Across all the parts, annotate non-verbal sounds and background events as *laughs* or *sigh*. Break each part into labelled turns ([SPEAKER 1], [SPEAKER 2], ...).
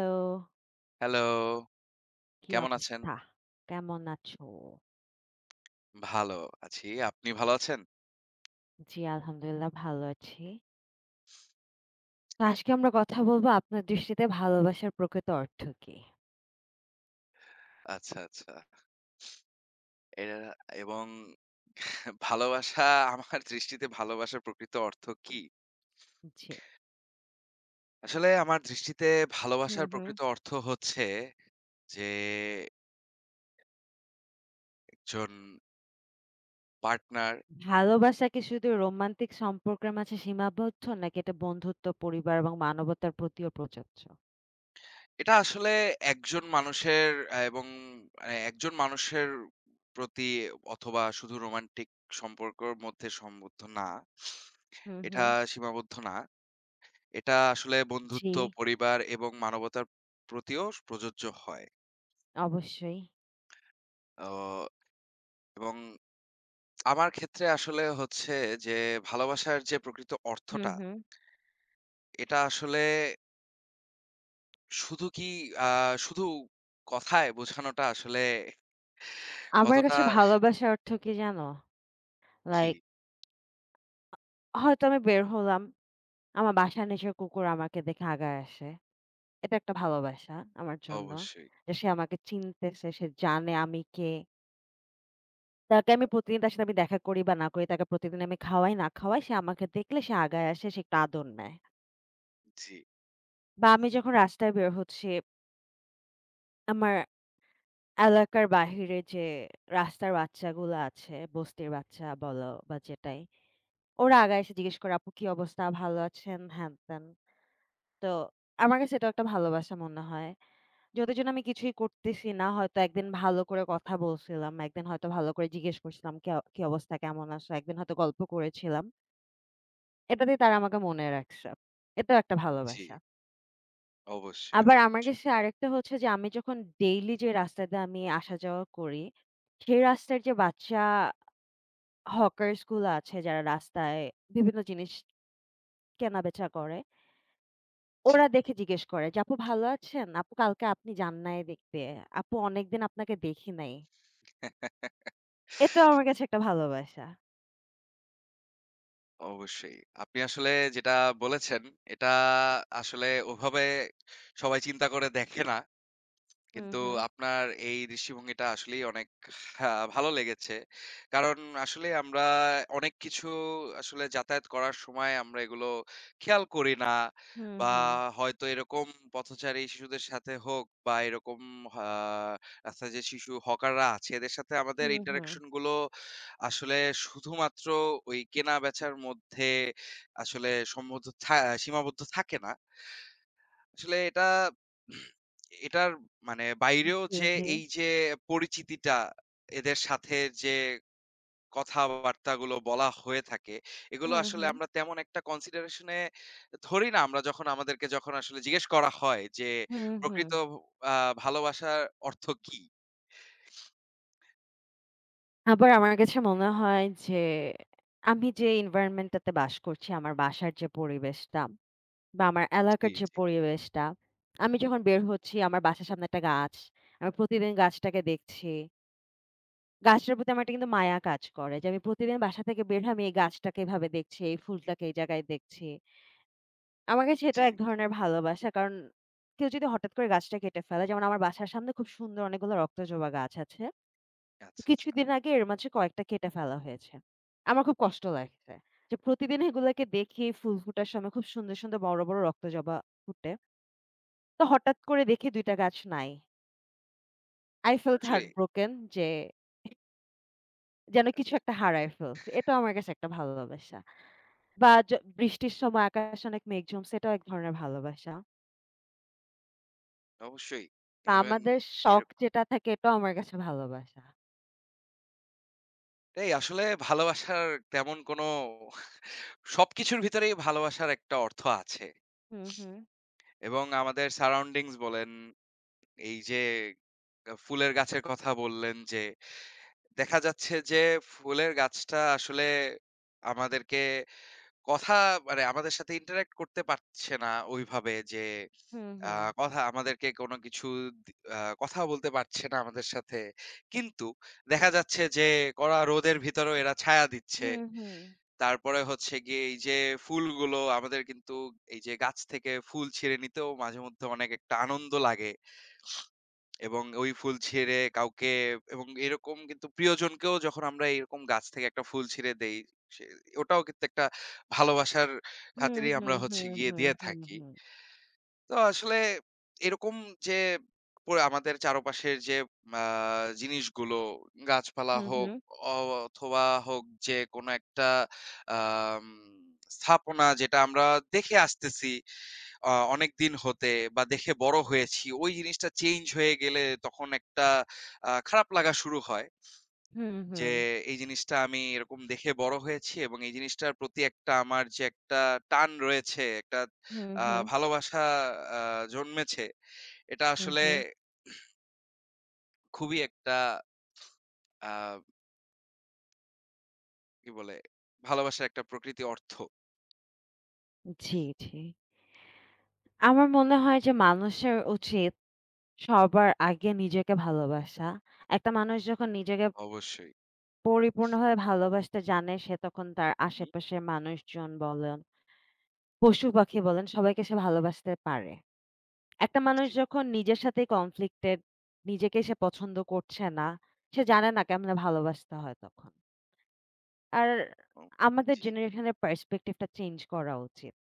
[SPEAKER 1] তো
[SPEAKER 2] হ্যালো,
[SPEAKER 1] কি
[SPEAKER 2] কেমন আছেন?
[SPEAKER 1] অবস্থা? কেমন আছো?
[SPEAKER 2] ভালো আছি। আপনি ভালো আছেন?
[SPEAKER 1] জি, আলহামদুলিল্লাহ ভালো আছি। তো আজকে আমরা কথা বলবো আপনার দৃষ্টিতে ভালোবাসার প্রকৃত অর্থ কি?
[SPEAKER 2] আচ্ছা, আচ্ছা। এর এবং ভালোবাসা আমার দৃষ্টিতে ভালোবাসার প্রকৃত অর্থ কি?
[SPEAKER 1] জি।
[SPEAKER 2] আসলে আমার দৃষ্টিতে
[SPEAKER 1] হুম,
[SPEAKER 2] ভালোবাসার
[SPEAKER 1] হুম।
[SPEAKER 2] প্রকৃত অর্থ হচ্ছে যে একজন পার্টনার
[SPEAKER 1] ভালোবাসা কি শুধু রোমান্টিক সম্পর্কের মাঝে সীমাবদ্ধ নাকি এটা বন্ধুত্ব, পরিবার এবং মানবতার প্রতিও প্রযোজ্য?
[SPEAKER 2] এটা আসলে একজন মানুষের এবং মানে একজন মানুষের প্রতি অথবা শুধু রোমান্টিক সম্পর্কর মধ্যে সম্বদ্ধ না।
[SPEAKER 1] হুম,
[SPEAKER 2] এটা
[SPEAKER 1] হুম।
[SPEAKER 2] সীমাবদ্ধ না। এটা আসলে
[SPEAKER 1] জি,
[SPEAKER 2] বন্ধুত্ব, পরিবার এবং মানবতার প্রতিও প্রযোজ্য হয়।
[SPEAKER 1] অবশ্যই।
[SPEAKER 2] অ এবং আমার ক্ষেত্রে আসলে হচ্ছে যে ভালোবাসার যে প্রকৃত
[SPEAKER 1] হুম,
[SPEAKER 2] অর্থটা,
[SPEAKER 1] হুম।
[SPEAKER 2] এটা আসলে শুধু কি আ শুধু কথায় বোঝানোটা আসলে
[SPEAKER 1] আমার
[SPEAKER 2] কতটা
[SPEAKER 1] কাছে ভালোবাসার অর্থ কি জানো?
[SPEAKER 2] কি
[SPEAKER 1] লাইক হয়তো আমি বের হলাম। আমার বাসায় নিজের কুকুর আমাকে দেখে আগায় আসে। এটা একটা ভালোবাসা আমার জন্য।
[SPEAKER 2] অবশ্যই।
[SPEAKER 1] যে সে আমাকে চিনতেছে, সে জানে আমি কে। তাকে আমি প্রতিদিন তার সাথে আমি দেখা করি বা না করি, তাকে প্রতিদিন আমি খাওয়াই না খাওয়াই, সে আমাকে দেখলে সে আগায় আসে, সে একটু আদর নেয়।
[SPEAKER 2] জি,
[SPEAKER 1] বা আমি যখন রাস্তায় বের হচ্ছি, আমার এলাকার বাহিরে যে রাস্তার বাচ্চাগুলো আছে, বস্তির বাচ্চা বলো বা যেটাই, ওরা আগায় এসে জিজ্ঞেস করে, "আপু কি অবস্থা? ভালো আছেন?" হ্যান-ত্যান। তো আমার কাছে এটাও একটা ভালোবাসা মনে হয়। যতই জন্য আমি কিছুই করতেছি না, হয়তো একদিন ভালো করে কথা বলছিলাম, একদিন হয়তো ভালো করে জিজ্ঞেস করছিলাম, "কি অবস্থা? কেমন আছো?" একদিন হয়তো গল্প করেছিলাম। এটাতেই তারা আমাকে মনে রাখছে। এটাও একটা
[SPEAKER 2] জি।
[SPEAKER 1] ভালোবাসা।
[SPEAKER 2] অবশ্যই,
[SPEAKER 1] আবার আমার
[SPEAKER 2] অবশ্যই।
[SPEAKER 1] কাছে আরেকটা হচ্ছে যে আমি যখন ডেইলি যে রাস্তা দিয়ে আমি আসা যাওয়া করি, সেই রাস্তার যে বাচ্চা হকার্স গুলো আছে যারা রাস্তায় বিভিন্ন জিনিস কেনাবেচা করে,
[SPEAKER 2] জি।
[SPEAKER 1] ওরা দেখে জিজ্ঞেস করে যে, "আপু ভালো আছেন? আপু কালকে আপনি যান নাই দেখতে। আপু অনেকদিন আপনাকে দেখি নাই।" এটা আমার কাছে একটা ভালোবাসা।
[SPEAKER 2] অবশ্যই। আপনি আসলে যেটা বলেছেন, এটা আসলে ওভাবে সবাই চিন্তা করে দেখে না।
[SPEAKER 1] হুম,
[SPEAKER 2] কিন্তু
[SPEAKER 1] হুম।
[SPEAKER 2] আপনার এই দৃষ্টিভঙ্গিটা আসলেই অনেক ভালো লেগেছে। কারণ আসলে আমরা অনেক কিছু আসলে যাতায়াত করার সময় আমরা এগুলো খেয়াল করি না
[SPEAKER 1] হুম,
[SPEAKER 2] বা
[SPEAKER 1] হুম।
[SPEAKER 2] হয়তো এরকম পথচারী শিশুদের সাথে হোক বা এরকম আহ, রাস্তায় যে শিশু হকাররা আছে এদের সাথে আমাদের
[SPEAKER 1] হুম, হুম।
[SPEAKER 2] ইন্টারাকশন গুলো আসলে শুধুমাত্র ওই কেনা বেচার মধ্যে আসলে সীমাবদ্ধ থাকে না আসলে এটা এটার মানে বাইরেও
[SPEAKER 1] জি,
[SPEAKER 2] যে
[SPEAKER 1] জি।
[SPEAKER 2] এই যে পরিচিতিটা এদের সাথে যে কথাবার্তাগুলো বলা হয়ে থাকে এগুলো
[SPEAKER 1] হুম,
[SPEAKER 2] আসলে
[SPEAKER 1] হুম।
[SPEAKER 2] আমরা তেমন একটা কনসিডারেশনে ধরি না আমরা যখন আমাদেরকে যখন আসলে জিজ্ঞেস করা হয় যে
[SPEAKER 1] হুম, হুম।
[SPEAKER 2] প্রকৃত ভালোবাসার অর্থ কি
[SPEAKER 1] আবার আমার কাছে মনে হয় যে আমি যে environment টাতে বাস করছি, আমার বাসার যে পরিবেশটা বা আমার
[SPEAKER 2] জি
[SPEAKER 1] এলাকার যে
[SPEAKER 2] জি
[SPEAKER 1] পরিবেশটা, আমি যখন বের হচ্ছি আমার বাসার সামনে একটা গাছ। আমি প্রতিদিন গাছটাকে দেখছি। গাছটার প্রতি আমার একটা কিন্তু মায়া কাজ করে যে আমি প্রতিদিন বাসা থেকে বের হয়ে আমি এই গাছটাকে এভাবে দেখছি, এই ফুলটাকে এই জায়গায় দেখছি। আমার কাছে এটা
[SPEAKER 2] জি
[SPEAKER 1] এক
[SPEAKER 2] জি
[SPEAKER 1] ধরনের ভালোবাসা। কারণ কেউ যদি হঠাৎ করে গাছটা কেটে ফেলে, যেমন আমার বাসার সামনে খুব সুন্দর অনেকগুলো রক্তজবা গাছ আছে।
[SPEAKER 2] আচ্ছা আচ্ছা
[SPEAKER 1] কিছুদিন আগে এর মাঝে কয়েকটা কেটে ফেলা হয়েছে। আমার খুব কষ্ট লাগছে। যে প্রতিদিন এগুলাকে দেখি ফুল ফোটার সময় খুব সুন্দর, সুন্দর বড়, বড় রক্তজবা ফুটে। তো হঠাৎ করে দেখি ২ টা গাছ নাই। I felt
[SPEAKER 2] আসলে
[SPEAKER 1] heartbroken যে যেন কিছু একটা হারায় ফেলছি। এটাও আমার কাছে একটা ভালোবাসা। বা য বৃষ্টির সময় আকাশে অনেক মেঘ জমছে, এটাও এক ধরনের ভালোবাসা।
[SPEAKER 2] অবশ্যই
[SPEAKER 1] তা
[SPEAKER 2] ইভেন
[SPEAKER 1] আমাদের শখ যেটা থাকে এটাও আমার কাছে ভালোবাসা।
[SPEAKER 2] এটাই আসলে ভালোবাসার তেমন কোনো সবকিছুর ভিতরেই ভালোবাসার একটা অর্থ আছে
[SPEAKER 1] হুম, হুম,
[SPEAKER 2] এবং আমাদের সারাউন্ডিংস বলেন, এই যে ফুলের গাছের কথা বললেন যে, দেখা যাচ্ছে যে ফুলের গাছটা আসলে আমাদেরকে কথা মানে আমাদের সাথে interact করতে পারছে না ওইভাবে যে
[SPEAKER 1] হুম,
[SPEAKER 2] আ
[SPEAKER 1] হুম,
[SPEAKER 2] কথা আমাদেরকে কোনো কিছু দি আ কথা বলতে পারছে না আমাদের সাথে। কিন্তু দেখা যাচ্ছে যে কড়া রোদের ভিতরেও এরা ছায়া দিচ্ছে।
[SPEAKER 1] হুম, হুম,
[SPEAKER 2] তারপরে হচ্ছে গিয়ে এই যে ফুলগুলো আমাদের কিন্তু এই যে গাছ থেকে ফুল ছিঁড়ে নিতেও মাঝেমধ্যে অনেক একটা আনন্দ লাগে। এবং ওই ফুল ছিঁড়ে কাউকে এবং এরকম কিন্তু প্রিয়জনকেও যখন আমরা এরকম গাছ থেকে একটা ফুল ছিঁড়ে দেই সে- ওটাও কিন্তু একটা ভালোবাসার
[SPEAKER 1] হুম,
[SPEAKER 2] খাতিরেই
[SPEAKER 1] হুম,
[SPEAKER 2] আমরা হচ্ছে
[SPEAKER 1] হুম,
[SPEAKER 2] গিয়ে দিয়ে
[SPEAKER 1] হুম,
[SPEAKER 2] থাকি
[SPEAKER 1] হুম,
[SPEAKER 2] তো আসলে এরকম যে পুরো আমাদের চারপাশের যে জিনিসগুলো গাছপালা
[SPEAKER 1] হুম, হুম,
[SPEAKER 2] হোক অথবা হোক যে কোনো একটা আহ স্থাপনা যেটা আমরা দেখে আসতেছি অনেকদিন হতে বা দেখে বড় হয়েছি, ওই জিনিসটা চেঞ্জ হয়ে গেলে তখন একটা খারাপ লাগা শুরু হয়।
[SPEAKER 1] হুম, হুম,
[SPEAKER 2] যে
[SPEAKER 1] হুম,
[SPEAKER 2] এই জিনিসটা আমি এরকম দেখে বড় হয়েছি এবং এই জিনিসটার প্রতি একটা আমার যে একটা টান রয়েছে, একটা
[SPEAKER 1] হুম,
[SPEAKER 2] আ
[SPEAKER 1] হুম,
[SPEAKER 2] ভালোবাসা আ জন্মেছে, এটা
[SPEAKER 1] হুম,
[SPEAKER 2] আসলে
[SPEAKER 1] হুম।
[SPEAKER 2] খুবই একটা আ কি বলে? ভালোবাসার একটা প্রকৃতি অর্থ।
[SPEAKER 1] জি, জি। আমার মনে হয় যে মানুষের উচিত সবার আগে নিজেকে ভালোবাসা। একটা মানুষ যখন নিজেকে
[SPEAKER 2] অবশ্যই।
[SPEAKER 1] পরিপূর্ণভাবে ভালোবাসতে জানে সে তখন তার
[SPEAKER 2] হু, হু।
[SPEAKER 1] আশেপাশের মানুষজন বলেন, পশু-পাখি বলেন সবাইকে সে ভালোবাসতে পারে। একটা মানুষ
[SPEAKER 2] জি।
[SPEAKER 1] যখন নিজের সাথে কনফ্লিক্টেড, নিজেকে সে পছন্দ করছে না, সে জানে না কেমনে ভালোবাসতে হয় তখন। আর
[SPEAKER 2] ও
[SPEAKER 1] আমাদের
[SPEAKER 2] জি।
[SPEAKER 1] জেনারেশনের পার্সপেক্টিভটা চেঞ্জ করা উচিত।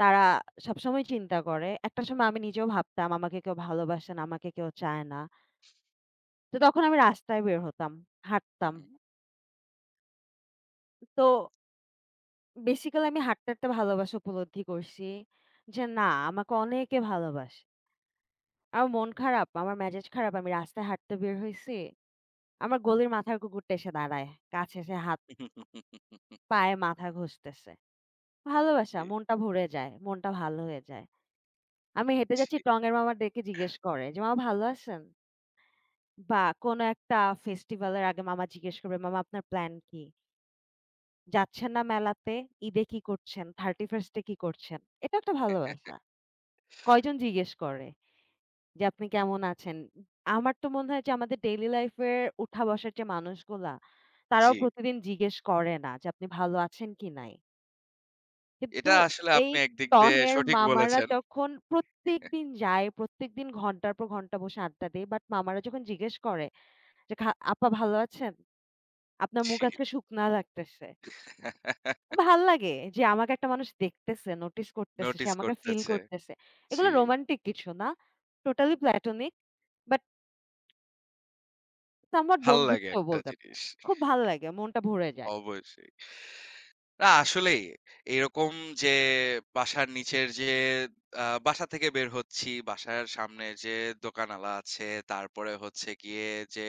[SPEAKER 1] তারা সবসময় চিন্তা করে, একটা সময় আমি নিজেও ভাবতাম আমাকে কেউ ভালোবাসে না, আমাকে কেউ চায় না। তো তখন আমি রাস্তায় বের হতাম,
[SPEAKER 2] হু,
[SPEAKER 1] হাঁটতাম।
[SPEAKER 2] হু।
[SPEAKER 1] তো বেসিক্যালি আমি হাঁটতে, হাঁটতে ভালোবাসা উপলব্ধি করছি যে না আমাকে অনেকে ভালোবাসে। আমার মন খারাপ, আমার মেজাজ খারাপ, আমি রাস্তায় হাঁটতে বের হইছি আমার গলির মাথার কুকুরটা এসে দাঁড়ায়। কাছে এসে হাত,
[SPEAKER 2] জি, *laughs*
[SPEAKER 1] পায়ে মাথা ঘষতেছে। ভালোবাসা, মনটা ভরে যায়। মনটা ভালো হয়ে যায়। আমি হেঁটে
[SPEAKER 2] জি,
[SPEAKER 1] যাচ্ছি, টঙের মামা ডেকে জিজ্ঞেস করে যে, "মামা ভালো আছেন?" বা কোনো একটা ফেস্টিভাল এর আগে মামা জিজ্ঞেস করবে, "মামা আপনার প্ল্যান কি? যাচ্ছেন না মেলাতে? ঈদে কি করছেন? 31st এ কি করছেন?" এটা একটা ভালোবাসা। কয়জন জিজ্ঞেস করে যে, "আপনি কেমন আছেন?" আমার তো মনে হয় যে আমাদের ডেইলি লাইফ এর উঠা বসার যে মানুষগুলা, তারাও
[SPEAKER 2] জি।
[SPEAKER 1] প্রতিদিন জিজ্ঞেস করে না যে, "আপনি ভালো আছেন কি নাই?" কিন্তু
[SPEAKER 2] এটা আসলে
[SPEAKER 1] এই
[SPEAKER 2] আপনি একদিক
[SPEAKER 1] টং
[SPEAKER 2] দিয়ে
[SPEAKER 1] এর
[SPEAKER 2] সঠিক
[SPEAKER 1] মামারা
[SPEAKER 2] বলেছেন।
[SPEAKER 1] যখন প্রত্যেকদিন যায়, প্রত্যেকদিন ঘন্টার পর ঘন্টা বসে আড্ডা দেয়। বাট মামারা যখন জিজ্ঞেস করে যে, "খা আপা ভালো আছেন? আপনার মুখ
[SPEAKER 2] জি।
[SPEAKER 1] আজকে শুকনা লাগতেছে।" ভাল লাগে যে আমাকে একটা মানুষ দেখতেছে, নোটিস করতেছে, সে
[SPEAKER 2] নোটিস
[SPEAKER 1] আমাকে ফিল
[SPEAKER 2] করতেছে।
[SPEAKER 1] করতেছে। এগুলো
[SPEAKER 2] জি।
[SPEAKER 1] রোমান্টিক কিছু না। টোটালি প্ল্যাটনিক বাট সামহাট
[SPEAKER 2] ভাল লাগে
[SPEAKER 1] বন্ধুত্ব
[SPEAKER 2] একটা
[SPEAKER 1] বলতে পারেন।
[SPEAKER 2] জিনিস।
[SPEAKER 1] খুব ভাল লাগে, মনটা ভরে যায়।
[SPEAKER 2] অবশ্যই। না আসলেই। এরকম যে বাসার নিচের যে বাসা থেকে বের হচ্ছি, বাসার সামনে যে দোকানআলা আছে, তারপরে হচ্ছে গিয়ে যে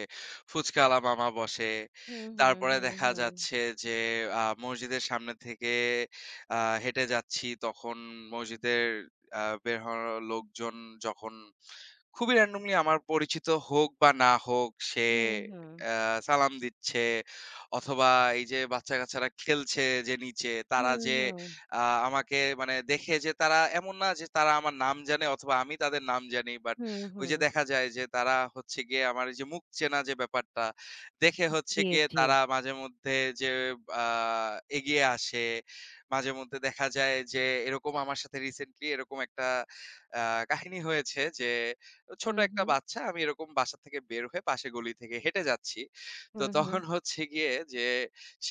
[SPEAKER 2] ফুচকাওয়ালা মামা বসে।
[SPEAKER 1] হুম, হুম,
[SPEAKER 2] তারপরে
[SPEAKER 1] হুম,
[SPEAKER 2] দেখা
[SPEAKER 1] হুম।
[SPEAKER 2] যাচ্ছে যে মসজিদের সামনে থেকে আ হেঁটে যাচ্ছি, তখন মসজিদের বের হওয়া লোকজন যখন খুবই randomly আমার পরিচিত হোক বা না হোক সে
[SPEAKER 1] হুম, হুম।
[SPEAKER 2] আ সালাম দিচ্ছে অথবা এই যে বাচ্চা-কাচ্চারা খেলছে যে নিচে তারা
[SPEAKER 1] হুম,
[SPEAKER 2] যে
[SPEAKER 1] হুম।
[SPEAKER 2] আ আমাকে মানে দেখে যে তারা এমন না যে তারা আমার নাম জানে অথবা আমি তাদের নাম জানি। বাট
[SPEAKER 1] হুম,
[SPEAKER 2] ওই যে
[SPEAKER 1] হুম।
[SPEAKER 2] দেখা যায় যে তারা হচ্ছে গিয়ে আমার এই যে মুখ চেনা যে ব্যাপারটা দেখে হচ্ছে
[SPEAKER 1] জি,
[SPEAKER 2] গিয়ে
[SPEAKER 1] জি।
[SPEAKER 2] তারা মাঝেমধ্যে যে আ এগিয়ে আসে। মাঝেমধ্যে দেখা যায় যে এরকম আমার সাথে রিসেন্টলি এরকম একটা আ কাহিনী হয়েছে যে ছোট
[SPEAKER 1] হুম,
[SPEAKER 2] একটা
[SPEAKER 1] হুম।
[SPEAKER 2] বাচ্চা আমি এরকম বাসা থেকে বের হয়ে পাশে গলি থেকে হেঁটে যাচ্ছি। তো
[SPEAKER 1] হুম, হুম।
[SPEAKER 2] তখন হচ্ছে গিয়ে যে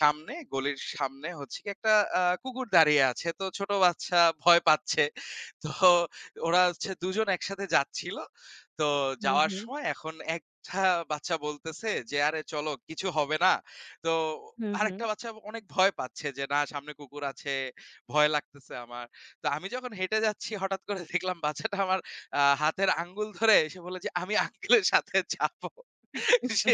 [SPEAKER 2] সামনে গলির সামনে হচ্ছে গিয়ে একটা কুকুর দাঁড়িয়ে আছে। তো ছোট বাচ্চা ভয় পাচ্ছে। তো ওরা হচ্ছে ২ জন একসাথে যাচ্ছিল। তো
[SPEAKER 1] হুম,
[SPEAKER 2] যাওয়ার
[SPEAKER 1] হুম।
[SPEAKER 2] সময় এখন একটা বাচ্চা বলতেছে যে, "আরে চলো কিছু হবে না।" তো
[SPEAKER 1] হুম, হুম।
[SPEAKER 2] আরেকটা বাচ্চা অনেক ভয় পাচ্ছে যে, "না সামনে কুকুর আছে, ভয় লাগতেছে আমার।" তো আমি যখন হেঁটে যাচ্ছি হঠাৎ করে দেখলাম বাচ্চাটা আমার হাতের আঙ্গুল ধরে সে বলল যে, "আমি আঙ্কেলের সাথে যাবো।" সে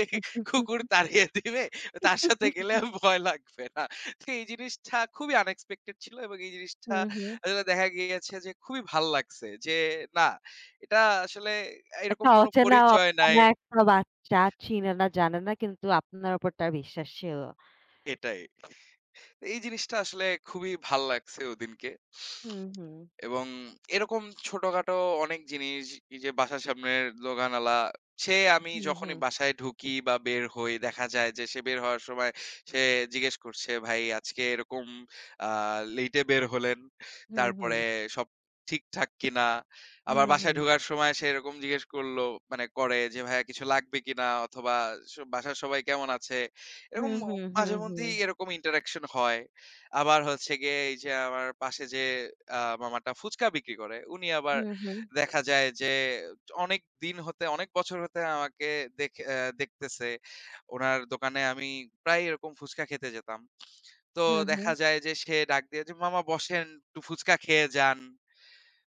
[SPEAKER 2] কুকুর তাড়িয়ে দিবে।
[SPEAKER 1] হুম,
[SPEAKER 2] তার সাথে
[SPEAKER 1] হুম।
[SPEAKER 2] গেলে আর
[SPEAKER 1] *laughs*
[SPEAKER 2] ভয় লাগবে না। তো এই জিনিসটা খুবই আনএক্সপেক্টেড ছিল এবং এই জিনিসটা আসলে দেখা গিয়েছে যে খুবই ভাল লাগছে। যে না, এটা আসলে এরকম
[SPEAKER 1] একটা
[SPEAKER 2] কোনো
[SPEAKER 1] অচেনা,
[SPEAKER 2] পরিচয় নাই
[SPEAKER 1] অজানা একটা বাচ্চা চিনে না, জানে না কিন্তু আপনার উপর তার বিশ্বাস ছিল।
[SPEAKER 2] এটাই। তো এই জিনিসটা আসলে খুবই ভাল লাগছে ওদিনকে।
[SPEAKER 1] হুম, হুম।
[SPEAKER 2] এবং এরকম ছোটখাটো অনেক জিনিস এই যে বাসার সামনের দোকানওয়ালা সে আমি
[SPEAKER 1] হুম,
[SPEAKER 2] যখনই
[SPEAKER 1] হুম।
[SPEAKER 2] বাসায় ঢুকি বা বের হই দেখা যায় যে সে বের হওয়ার সময় সে জিজ্ঞেস করছে ভাই আজকে এরকম লেটে বের হলেন
[SPEAKER 1] হুম,
[SPEAKER 2] তারপরে
[SPEAKER 1] হুম।
[SPEAKER 2] সব ঠিকঠাক কিনা আবার
[SPEAKER 1] হুম,
[SPEAKER 2] বাসায়
[SPEAKER 1] হুম।
[SPEAKER 2] ঢোকার সময় সে এরকম জিজ্ঞেস করলো মানে করে যে ভাইয়া কিছু লাগবে কিনা অথবা বাসার সবাই কেমন আছে এরকম
[SPEAKER 1] হুম, হুম,
[SPEAKER 2] মাঝে
[SPEAKER 1] হুম, হুম।
[SPEAKER 2] মধ্যেই এরকম ইন্টারাকশন হয় আবার হচ্ছে গিয়ে এই যে আমার পাশে যে আ মামাটা ফুচকা বিক্রি করে, উনি আবার
[SPEAKER 1] হুম, হুম।
[SPEAKER 2] দেখা যায় যে অনেক দিন হতে অনেক বছর হতে আমাকে দেখে দেখতেছে। উনার দোকানে আমি প্রায়ই এরকম ফুচকা খেতে যেতাম। তো
[SPEAKER 1] হুম, হুম।
[SPEAKER 2] দেখা যায় যে সে ডাক দিয়ে যে, "মামা বসেন, একটু ফুচকা খেয়ে যান।"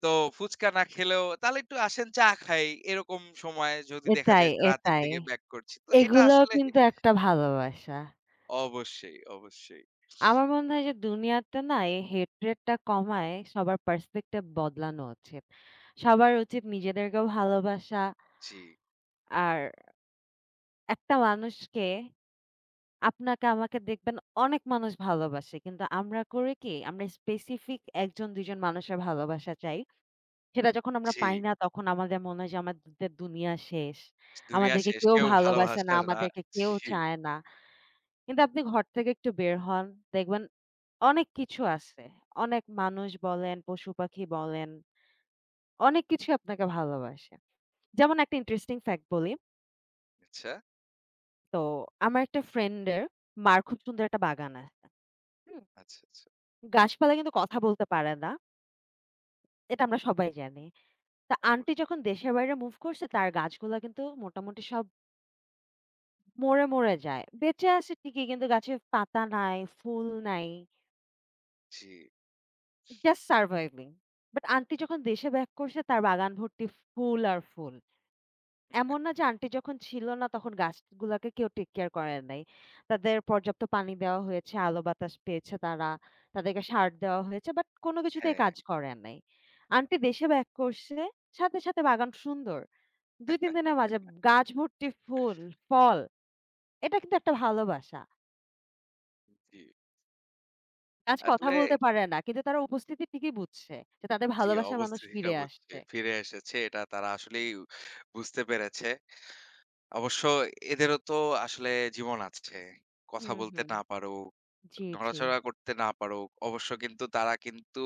[SPEAKER 2] তো ফুচকা না খেলেও, "তাহলে একটু আসেন চা খাই।" এরকম সময় যদি দেখা
[SPEAKER 1] এটাই,
[SPEAKER 2] যায় যে রাতের
[SPEAKER 1] এটাই।
[SPEAKER 2] দিকে ব্যাক করছি। তো এটা
[SPEAKER 1] এগুলোও
[SPEAKER 2] আসলে
[SPEAKER 1] কিন্তু একটা ভালোবাসা।
[SPEAKER 2] অবশ্যই, অবশ্যই।
[SPEAKER 1] আমার মনে হয় যে দুনিয়াতে না এই হেট্রেড টা কমায় সবার পার্সপেক্টিভ বদলানো উচিত। সবার উচিত নিজেদেরকেও ভালোবাসা
[SPEAKER 2] জি,
[SPEAKER 1] আর একটা মানুষকে আপনাকে আমাকে দেখবেন অনেক মানুষ ভালোবাসে। কিন্তু আমরা করি কি? আমরা স্পেসিফিক ১ জন ২ জন মানুষের ভালোবাসা চাই। সেটা যখন আমরা
[SPEAKER 2] জি।
[SPEAKER 1] পাই না তখন আমাদের মনে হয় যে আমাদের দুনিয়া শেষ।
[SPEAKER 2] দুনিয়া
[SPEAKER 1] আমাদেরকে
[SPEAKER 2] শেষ।
[SPEAKER 1] কেউ
[SPEAKER 2] কেউ
[SPEAKER 1] ভালোবাসে না,
[SPEAKER 2] ভালোবাসে না।
[SPEAKER 1] আমাদেরকে কেউ
[SPEAKER 2] জি।
[SPEAKER 1] চায় না। কিন্তু আপনি ঘর থেকে একটু বের হন, দেখবেন অনেক কিছু আছে। অনেক মানুষ বলেন, পশু-পাখি বলেন, অনেক কিছুই আপনাকে ভালোবাসে। যেমন একটা ইন্টারেস্টিং ফ্যাক্ট বলি।
[SPEAKER 2] আচ্ছা,
[SPEAKER 1] তো আমার একটা ফ্রেন্ড এর মা'র খুব সুন্দর একটা বাগান আছে। হুম?
[SPEAKER 2] আচ্ছা, আচ্ছা।
[SPEAKER 1] গাছপালা কিন্তু কথা বলতে পারে না। এটা আমরা সবাই জানি। তা আন্টি
[SPEAKER 2] অবশ্যই।
[SPEAKER 1] যখন দেশের বাইরে মুভ করছে তার গাছগুলা কিন্তু মোটামুটি সব মরে যায়। বেঁচে আছে ঠিকই কিন্তু গাছে পাতা নাই, ফুল নাই।
[SPEAKER 2] জি,
[SPEAKER 1] জাস্ট সারভাইভিং। বাট আন্টি যখন দেশে ব্যাক করছে তার বাগান ভর্তি ফুল আর ফুল। এমন না যে আন্টি যখন ছিল না তখন গাছগুলাকে কেউ টেক কেয়ার করে নাই। তাদের পর্যাপ্ত পানি দেওয়া হয়েছে, আলো বাতাস পেয়েছে তারা। তাদেরকে সার দেওয়া হয়েছে বাট কোন কিছুতেই
[SPEAKER 2] হ্যাঁ,
[SPEAKER 1] কাজ করে নাই। আন্টি দেশে ব্যাক করছে। সাথে বাগান সুন্দর। ২-৩ দিনের মাঝে গাছ ভর্তি ফুল, ফল। এটা কিন্তু একটা ভালোবাসা।
[SPEAKER 2] জি।
[SPEAKER 1] গাছ কথা
[SPEAKER 2] আসলে
[SPEAKER 1] বলতে পারে না। কিন্তু তারা উপস্থিতি ঠিকই বুঝছে যে তাদের
[SPEAKER 2] জি,
[SPEAKER 1] ভালোবাসার মানুষ
[SPEAKER 2] অবস্থিতিটা
[SPEAKER 1] ফিরে
[SPEAKER 2] বুঝছে।
[SPEAKER 1] আসছে।
[SPEAKER 2] ফিরে এসেছে এটা তারা আসলেই বুঝতে পেরেছে। অবশ্য এদেরও তো আসলে জীবন আছে। কথা
[SPEAKER 1] হুম,
[SPEAKER 2] বলতে
[SPEAKER 1] হুম।
[SPEAKER 2] না পারুক,
[SPEAKER 1] জি, জি।
[SPEAKER 2] নড়াচড়া করতে না পারুক, অবশ্য কিন্তু তারা কিন্তু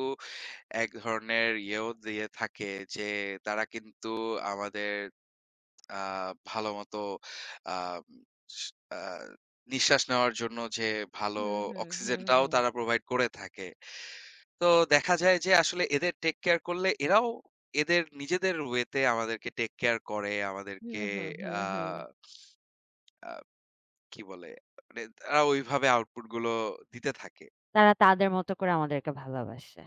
[SPEAKER 2] এক ধরনের ইয়েও দিয়ে থাকে যে, তারা কিন্তু আমাদের আ ভালোমতো আ স আ নিঃশ্বাস নেওয়ার জন্য যে ভালো
[SPEAKER 1] হুম, হুম, হুম,
[SPEAKER 2] অক্সিজেনটাও
[SPEAKER 1] হুম।
[SPEAKER 2] তারা প্রোভাইড করে থাকে। তো দেখা যায় যে আসলে এদের টেক কেয়ার করলে এরাও এদের নিজেদের ওয়েতে আমাদেরকে টেক কেয়ার করে,
[SPEAKER 1] হুম,
[SPEAKER 2] আমাদেরকে
[SPEAKER 1] হুম, হুম,
[SPEAKER 2] আ
[SPEAKER 1] হুম।
[SPEAKER 2] আ কি বলে? মানে তারা ওইভাবে আউটপুট গুলো দিতে থাকে।
[SPEAKER 1] তারা তাদের মতো করে আমাদেরকে ভালোবাসে।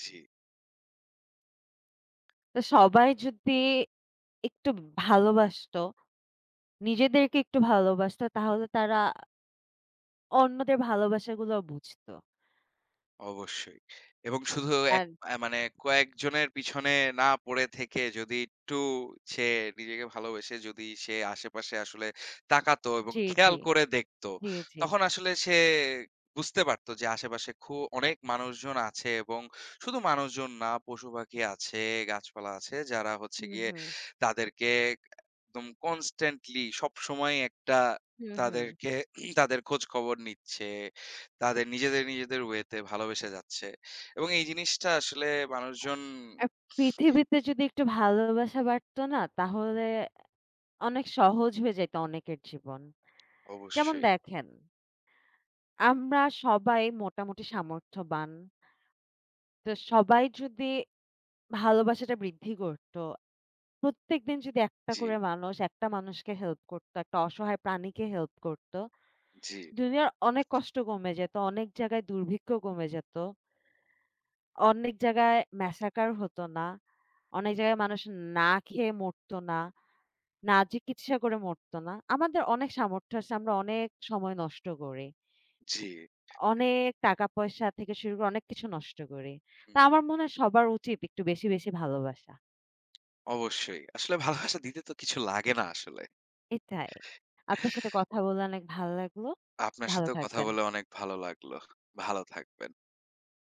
[SPEAKER 2] জি।
[SPEAKER 1] তো সবাই যদি একটু ভালোবাসতো, নিজেদেরকে একটু ভালোবাসতো তাহলে তারা অন্যদের ভালোবাসাগুলো বুঝতো।
[SPEAKER 2] অবশ্যই। এবং শুধু এক
[SPEAKER 1] আর
[SPEAKER 2] মানে কয়েকজনের পিছনে না পড়ে থেকে যদি একটু সে নিজেকে ভালোবেসে যদি সে আশেপাশে আসলে তাকাতো এবং
[SPEAKER 1] জি,
[SPEAKER 2] খেয়াল
[SPEAKER 1] জি,
[SPEAKER 2] করে দেখতো,
[SPEAKER 1] জি, জি।
[SPEAKER 2] তখন আসলে সে বুঝতে পারতো যে আশেপাশে অনেক মানুষজন আছে এবং শুধু মানুষজন না পশুপাখি আছে, গাছপালা আছে যারা হচ্ছে
[SPEAKER 1] হুম,
[SPEAKER 2] গিয়ে
[SPEAKER 1] হুম,
[SPEAKER 2] তাদেরকে একদম কনস্ট্যান্টলি সবসময় একটা
[SPEAKER 1] হুম, হুম।
[SPEAKER 2] তাদেরকে তাদের খোঁজখবর নিচ্ছে। তাদের নিজেদের, নিজেদের ওয়েতে ভালোবেসে যাচ্ছে এবং এই জিনিসটা আসলে মানুষজন
[SPEAKER 1] আর পৃথিবীতে যদি একটু ভালোবাসা বাড়তো না তাহলে অনেক সহজ হয়ে যেত অনেকের জীবন। যেমন
[SPEAKER 2] অবশ্যই।
[SPEAKER 1] দেখেন, আমরা সবাই মোটামুটি সামর্থ্যবান। তো সবাই যদি ভালোবাসাটা বৃদ্ধি করত প্রত্যেকদিন যদি একটা
[SPEAKER 2] জি,
[SPEAKER 1] করে মানুষ একটা মানুষকে হেল্প করতো, একটা অসহায় প্রাণীকে হেল্প করতো,
[SPEAKER 2] জি,
[SPEAKER 1] দুনিয়ার অনেক কষ্ট কমে যেত, অনেক জায়গায় দুর্ভিক্ষ কমে যেত, অনেক জায়গায় massacre হতো না, অনেক জায়গায় মানুষ না খেয়ে মরতো না, না চিকিৎসা করে মরতো না। আমাদের অনেক সামর্থ্য আছে, আমরা অনেক সময় নষ্ট করি।
[SPEAKER 2] জি।
[SPEAKER 1] অনেক টাকা-পয়সা থেকে শুরু করে অনেক কিছু নষ্ট করি।
[SPEAKER 2] হু,
[SPEAKER 1] তা
[SPEAKER 2] হু।
[SPEAKER 1] আমার মনে হয় সবার উচিত একটু বেশি ভালোবাসা।
[SPEAKER 2] অবশ্যই। আসলে ভালোবাসা দিতে তো কিছু লাগে না আসলে।
[SPEAKER 1] এটাই। আপনার সাথে কথা বলে অনেক ভালো লাগলো।
[SPEAKER 2] আপনার
[SPEAKER 1] ভালো
[SPEAKER 2] সাথেও কথা
[SPEAKER 1] থাকবেন।
[SPEAKER 2] বলে অনেক ভালো লাগলো। ভালো থাকবেন।